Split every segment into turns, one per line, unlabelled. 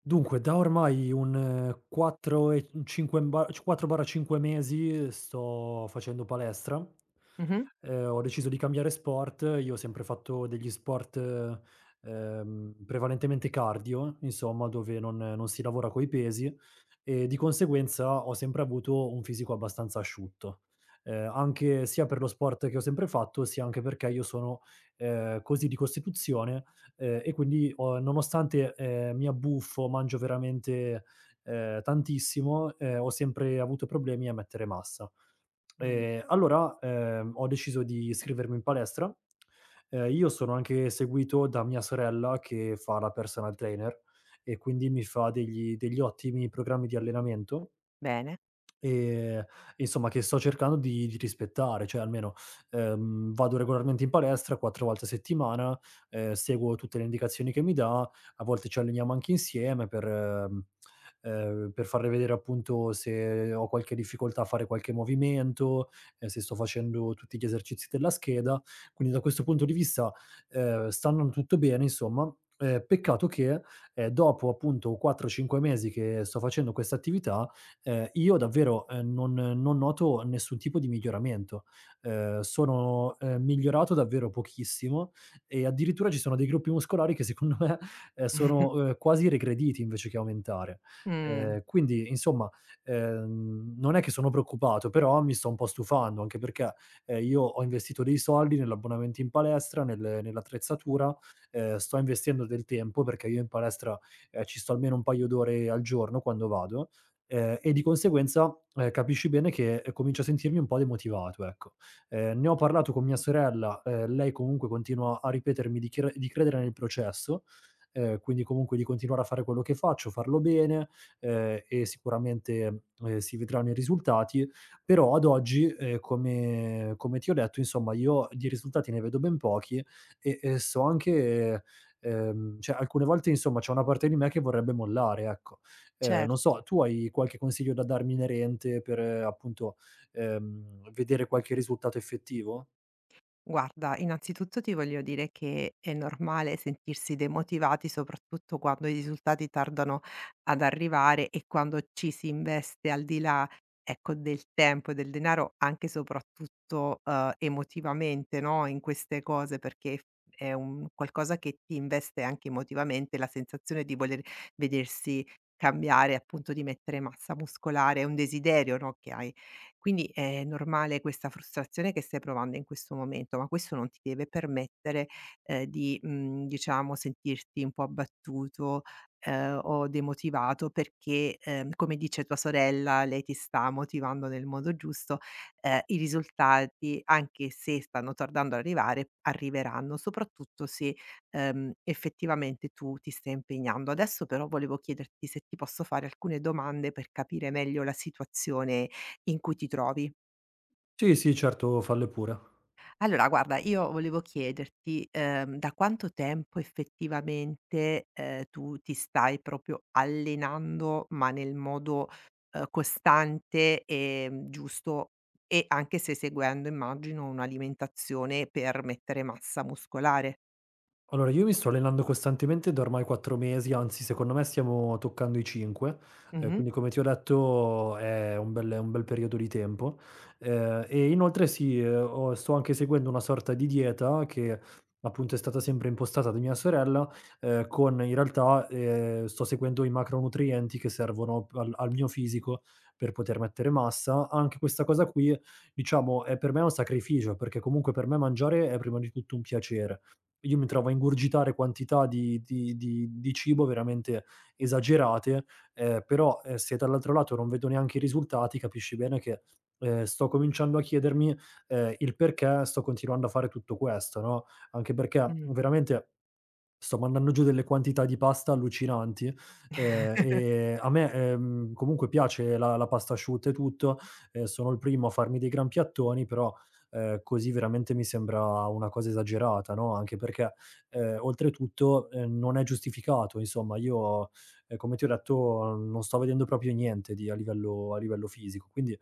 Dunque, da ormai un 4 e un 5 ba 4/5 mesi sto facendo palestra.
Mh-mh.
Ho deciso di cambiare sport. Io ho sempre fatto degli sport, prevalentemente cardio, insomma, dove non si lavora coi pesi e di conseguenza ho sempre avuto un fisico abbastanza asciutto. Anche sia per lo sport che ho sempre fatto, sia anche perché io sono, così di costituzione. E quindi ho nonostante, mi abbuffo, mangio veramente, tantissimo, ho sempre avuto problemi a mettere massa.
Mh.
Allora, ho deciso di iscrivermi in palestra. Io sono anche seguito da mia sorella che fa la personal trainer e quindi mi fa degli ottimi programmi di allenamento.
Bene.
Ehm, insomma che sto cercando di rispettare, cioè almeno, vado regolarmente in palestra 4 volte a settimana, seguo tutte le indicazioni che mi dà, a volte ci alleniamo anche insieme per per farle vedere appunto se ho qualche difficoltà a fare qualche movimento, se sto facendo tutti gli esercizi della scheda. Quindi da questo punto di vista, sta andando tutto bene insomma, peccato che, dopo appunto 4, 5 mesi che sto facendo questa attività, io davvero, non noto nessun tipo di miglioramento. Sono, migliorato davvero pochissimo e addirittura ci sono dei gruppi muscolari che secondo me, sono, quasi regrediti invece che aumentare.
Mh,
Quindi insomma, non è che sono preoccupato, però mi sto un po' stufando, anche perché, io ho investito dei soldi nell'abbonamento in palestra, nell'attrezzatura, sto investendo del tempo perché io in palestra, ci sto almeno un paio d'ore al giorno quando vado. E di conseguenza, capisci bene che comincio a sentirmi un po' demotivato, ecco. Ne ho parlato con mia sorella, lei comunque continua a ripetermi di credere nel processo, quindi comunque di continuare a fare quello che faccio, farlo bene, e sicuramente, si vedranno i risultati. Però ad oggi, come ti ho detto, insomma, io di risultati ne vedo ben pochi e so anche cioè alcune volte, insomma, c'è una parte di me che vorrebbe mollare, ecco. Non so,
certo.
tu hai qualche consiglio da darmi inerente per, appunto, vedere qualche risultato effettivo?
Guarda, innanzitutto ti voglio dire che è normale sentirsi demotivati, soprattutto quando i risultati tardano ad arrivare e quando ci si investe al di là, ecco, del tempo e del denaro, anche e soprattutto, emotivamente, no, in queste cose, perché è un qualcosa che ti investe anche emotivamente, la sensazione di voler vedersi cambiare, appunto di mettere massa muscolare, è un desiderio, no, che hai. Quindi è normale questa frustrazione che stai provando in questo momento, ma questo non ti deve permettere, di, diciamo sentirti un po' abbattuto, o demotivato perché, come dice tua sorella, lei ti sta motivando nel modo giusto, i risultati, anche se stanno tardando ad arrivare, arriveranno, soprattutto se, effettivamente tu ti stai impegnando. Adesso però volevo chiederti se ti posso fare alcune domande per capire meglio la situazione in cui ti trovi.
Sì, sì, certo, falle pure.
Allora guarda, io volevo chiederti, da quanto tempo effettivamente, tu ti stai proprio allenando, ma nel modo, costante, giusto e anche se seguendo immagino un'alimentazione per mettere massa muscolare.
Allora, io mi sto allenando costantemente da ormai 4 mesi, anzi secondo me stiamo toccando i 5,
Mh-mh,
quindi come ti ho detto è un bel periodo di tempo. E inoltre sì, ho sto anche seguendo una sorta di dieta che appunto è stata sempre impostata da mia sorella, con in realtà, sto seguendo i macronutrienti che servono p al al mio fisico per poter mettere massa. Anche questa cosa qui, diciamo, è per me un sacrificio, perché comunque per me mangiare è prima di tutto un piacere. Io mi trovo a ingurgitare quantità di cibo veramente esagerate, però, se dall'altro lato non vedo neanche i risultati, capisci bene che, sto cominciando a chiedermi, il perché sto continuando a fare tutto questo, no, anche perché
mh.
veramente sto mandando giù delle quantità di pasta allucinanti, e a me, comunque piace la pasta asciutta e tutto, sono il primo a farmi dei gran piattoni, però così veramente mi sembra una cosa esagerata, no, anche perché, oltretutto, non è giustificato. Insomma, io, come ti ho detto, non sto vedendo proprio niente di a livello fisico. Quindi,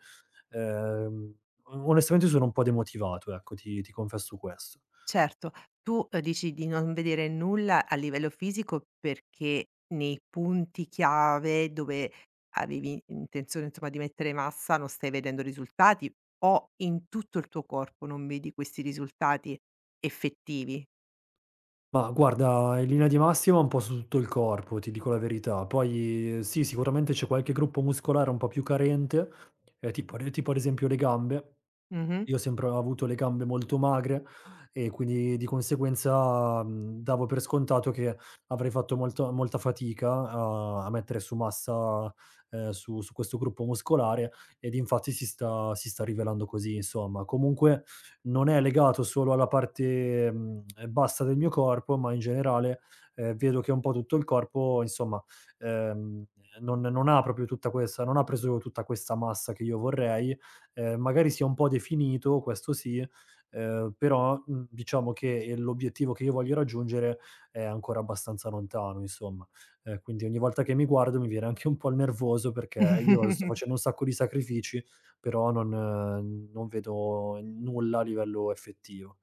ehm, o onestamente sono un po' demotivato, ecco, ti confesso questo.
Certo, tu, dici di non vedere nulla a livello fisico perché nei punti chiave dove avevi intenzione, insomma, di mettere massa non stai vedendo risultati o in tutto il tuo corpo non vedi questi risultati effettivi?
Ma guarda, in linea di massima un po' su tutto il corpo, ti dico la verità. Poi sì, sicuramente c'è qualche gruppo muscolare un po' più carente, tipo ad esempio le gambe.
Mh-mh.
Io ho sempre ho avuto le gambe molto magre e quindi di conseguenza, davo per scontato che avrei fatto molto molta fatica a mettere su massa, su questo gruppo muscolare ed infatti si sta rivelando così, insomma. Comunque non è legato solo alla parte, bassa del mio corpo, ma in generale, vedo che un po' tutto il corpo insomma, ehm, non ha proprio tutta questa non ha preso tutta questa massa che io vorrei, magari sia un po' definito, questo sì, però, diciamo che, l'obiettivo che io voglio raggiungere è ancora abbastanza lontano insomma. Quindi ogni volta che mi guardo mi viene anche un po' il nervoso perché io sto facendo un sacco di sacrifici però non vedo nulla a livello effettivo.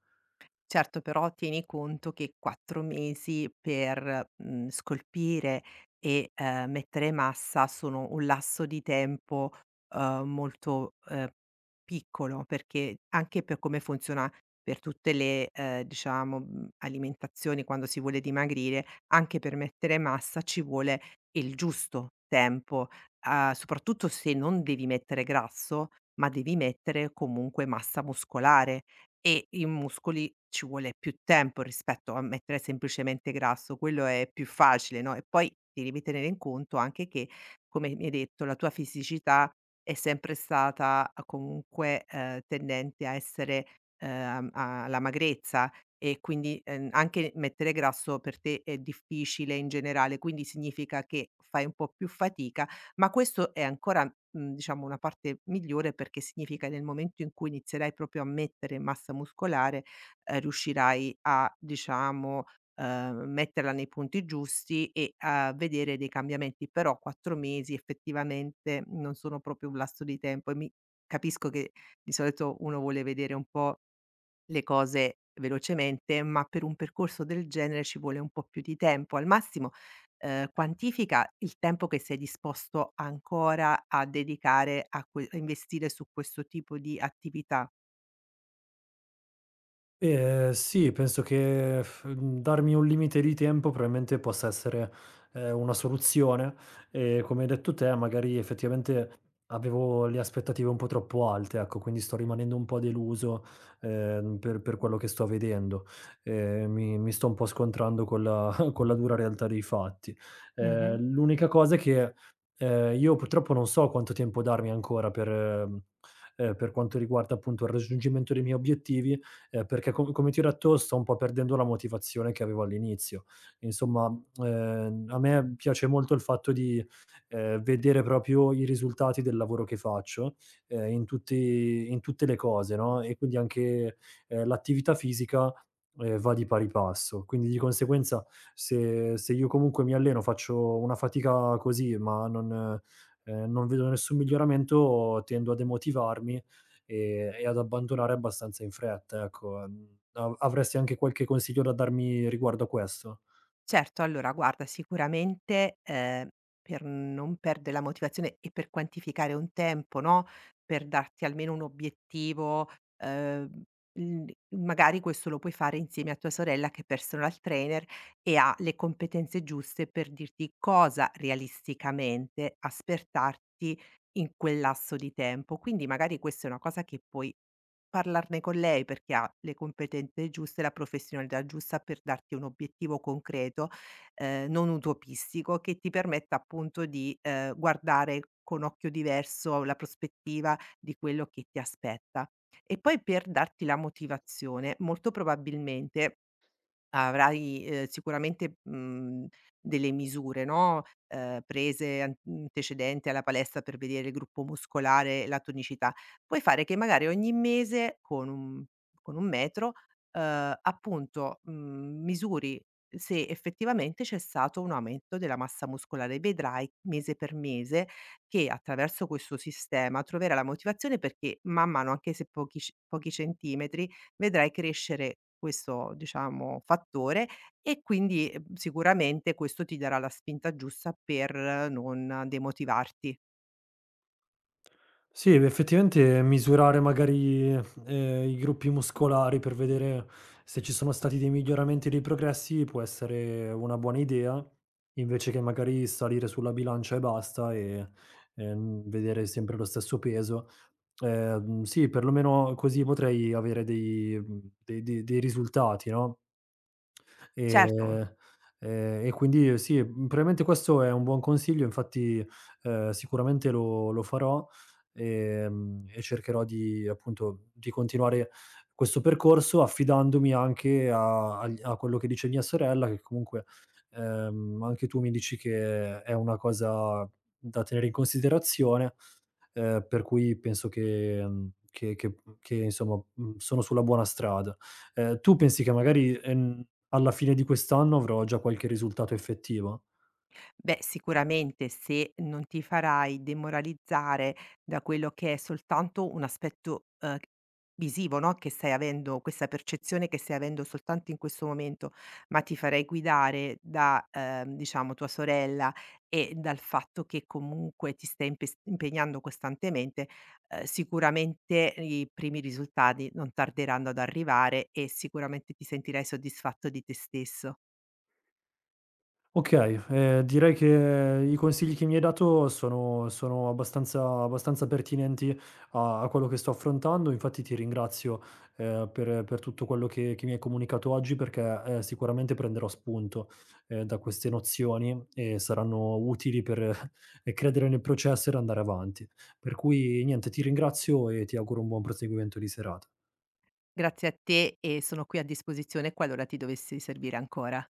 Certo, però tieni conto che 4 mesi per, scolpire e mettere massa sono un lasso di tempo, molto, piccolo, perché anche per come funziona per tutte le, diciamo, alimentazioni quando si vuole dimagrire, anche per mettere massa ci vuole il giusto tempo, soprattutto se non devi mettere grasso, ma devi mettere comunque massa muscolare. E i muscoli ci vuole più tempo rispetto a mettere semplicemente grasso, quello è più facile, no, e poi devi tenere in conto anche che, come mi hai detto, la tua fisicità è sempre stata comunque, tendente a essere, alla magrezza e quindi, anche mettere grasso per te è difficile in generale, quindi significa che fai un po' più fatica, ma questo è ancora mhmm, diciamo una parte migliore perché significa nel momento in cui inizierai proprio a mettere massa muscolare, riuscirai a diciamo, metterla nei punti giusti e a vedere dei cambiamenti. Però 4 mesi effettivamente non sono proprio un lasso di tempo e mi capisco che di solito uno vuole vedere un po' le cose velocemente, ma per un percorso del genere ci vuole un po' più di tempo. Al massimo, quantifica il tempo che sei disposto ancora a dedicare a que a investire su questo tipo di attività.
Sì, penso che darmi un limite di tempo probabilmente possa essere, una soluzione. Come hai detto te, magari effettivamente avevo le aspettative un po' troppo alte, ecco, quindi sto rimanendo un po' deluso, per quello che sto vedendo. Mi sto un po' scontrando con la con la dura realtà dei fatti.
Mh-mh.
L'unica cosa è che, io purtroppo non so quanto tempo darmi ancora per quanto riguarda appunto il raggiungimento dei miei obiettivi. Perché come ti ho detto sto un po' perdendo la motivazione che avevo all'inizio. Insomma, a me piace molto il fatto di, vedere proprio i risultati del lavoro che faccio, in tutte le cose, no, e quindi anche, l'attività fisica, va di pari passo. Quindi di conseguenza se io comunque mi alleno, faccio una fatica così, ma non vedo nessun miglioramento, tendo a demotivarmi. E ad abbandonare abbastanza in fretta, ecco. Mhmm, av Avresti anche qualche consiglio da darmi riguardo a questo?
Certo, allora guarda sicuramente, per non perde la motivazione e per quantificare un tempo, no, per darti almeno un obiettivo, ehm, mhmm, magari questo lo puoi fare insieme a tua sorella che è personal trainer e ha le competenze giuste per dirti cosa realisticamente aspettarti in quel lasso di tempo. Quindi magari questa è una cosa che puoi parlarne con lei perché ha le competenze giuste, la professionalità giusta per darti un obiettivo concreto, non utopistico, che ti permetta appunto di, guardare con occhio diverso la prospettiva di quello che ti aspetta. E poi per darti la motivazione, molto probabilmente avrai, sicuramente, delle misure, no, prese an antecedente alla palestra per vedere il gruppo muscolare e la tonicità. Puoi fare che magari ogni mese con un metro, appunto, misuri se effettivamente c'è stato un aumento della massa muscolare. Vedrai mese per mese che attraverso questo sistema troverai la motivazione perché man mano, anche se pochi c pochi centimetri, vedrai crescere questo, diciamo, fattore e quindi, sicuramente questo ti darà la spinta giusta per non demotivarti.
Sì, effettivamente misurare magari, i gruppi muscolari per vedere se ci sono stati dei miglioramenti, e dei progressi, può essere una buona idea, invece che magari salire sulla bilancia e basta e, vedere sempre lo stesso peso. Sì, perlomeno così potrei avere dei mhmm, dei dei dei risultati, no?
Certo.
Ehm, e quindi sì, probabilmente questo è un buon consiglio, infatti, sicuramente lo farò, e cercherò di appunto, di continuare questo percorso affidandomi anche a quello che dice mia sorella, che comunque, anche tu mi dici che è una cosa da tenere in considerazione. Per cui penso che insomma, sono sulla buona strada. Tu pensi che magari, alla fine di quest'anno avrò già qualche risultato effettivo?
Beh, sicuramente se non ti farai demoralizzare da quello che è soltanto un aspetto, visivo, no, che stai avendo questa percezione che stai avendo soltanto in questo momento, ma ti farai guidare da, diciamo tua sorella e dal fatto che comunque ti stai impes impegnando costantemente, sicuramente i primi risultati non tarderanno ad arrivare e sicuramente ti sentirai soddisfatto di te stesso.
Okay, direi che i consigli che mi hai dato sono abbastanza pertinenti a quello che sto affrontando. Infatti ti ringrazio, per tutto quello che mi hai comunicato oggi perché, sicuramente prenderò spunto, da queste nozioni e saranno utili per credere nel processo ed andare avanti. Per cui niente, ti ringrazio e ti auguro un buon proseguimento di serata.
Grazie a te e sono qui a disposizione qualora ti dovessi servire ancora.